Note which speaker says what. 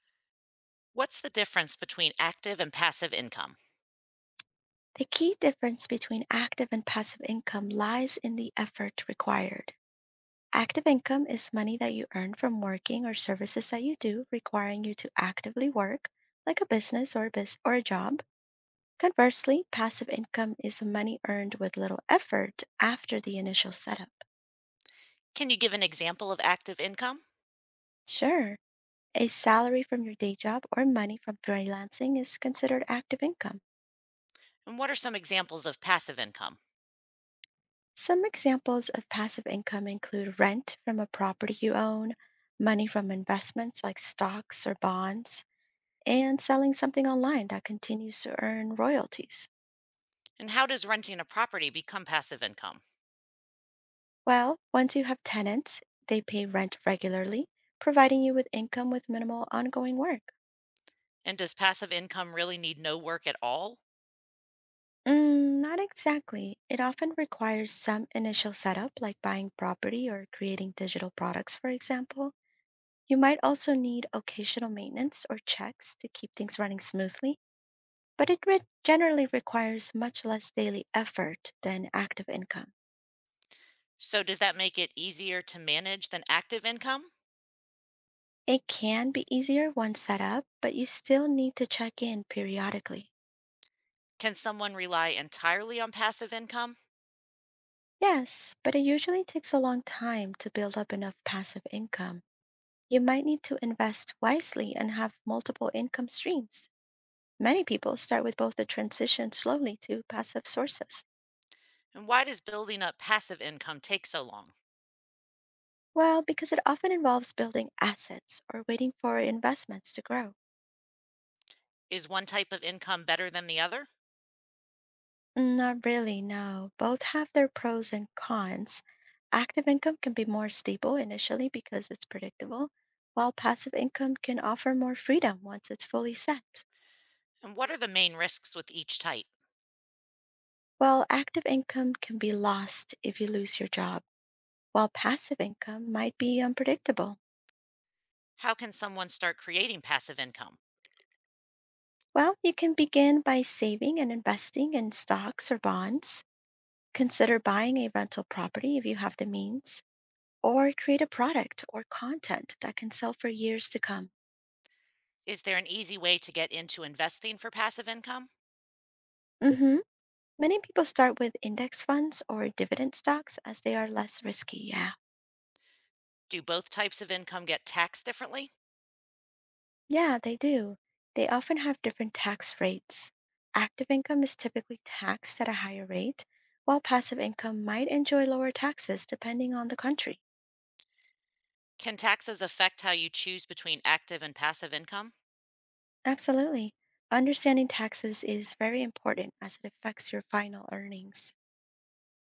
Speaker 1: What's the difference between active and passive income?
Speaker 2: The key difference between active and passive income lies in the effort required. Active income is money that you earn from working or services that you do, requiring you to actively work, like a business or or a job. Conversely, passive income is money earned with little effort after the initial setup.
Speaker 1: Can you give an example of active income?
Speaker 2: Sure, a salary from your day job or money from freelancing is considered active income.
Speaker 1: And what are some examples of passive income?
Speaker 2: Some examples of passive income include rent from a property you own, money from investments like stocks or bonds, and selling something online that continues to earn royalties.
Speaker 1: And how does renting a property become passive income?
Speaker 2: Well, once you have tenants, they pay rent regularly, providing you with income with minimal ongoing work.
Speaker 1: And does passive income really need no work at all?
Speaker 2: Not exactly. It often requires some initial setup, like buying property or creating digital products, for example. You might also need occasional maintenance or checks to keep things running smoothly, but generally requires much less daily effort than active income.
Speaker 1: So, does that make it easier to manage than active income?
Speaker 2: It can be easier once set up, but you still need to check in periodically.
Speaker 1: Can someone rely entirely on passive income?
Speaker 2: Yes, but it usually takes a long time to build up enough passive income. You might need to invest wisely and have multiple income streams. Many people start with both the transition slowly to passive sources.
Speaker 1: And why does building up passive income take so long?
Speaker 2: Well, because it often involves building assets or waiting for investments to grow.
Speaker 1: Is one type of income better than the other?
Speaker 2: Not really, no. Both have their pros and cons. Active income can be more stable initially because it's predictable, while passive income can offer more freedom once it's fully set.
Speaker 1: And what are the main risks with each type?
Speaker 2: Well, active income can be lost if you lose your job, while passive income might be unpredictable.
Speaker 1: How can someone start creating passive income?
Speaker 2: Well, you can begin by saving and investing in stocks or bonds. Consider buying a rental property if you have the means, or create a product or content that can sell for years to come.
Speaker 1: Is there an easy way to get into investing for passive income?
Speaker 2: hmm Many people start with index funds or dividend stocks as they are less risky. Yeah.
Speaker 1: Do both types of income get taxed differently?
Speaker 2: Yeah, they do. They often have different tax rates. Active income is typically taxed at a higher rate, while passive income might enjoy lower taxes depending on the country.
Speaker 1: Can taxes affect how you choose between active and passive income?
Speaker 2: Absolutely. Understanding taxes is very important as it affects your final earnings.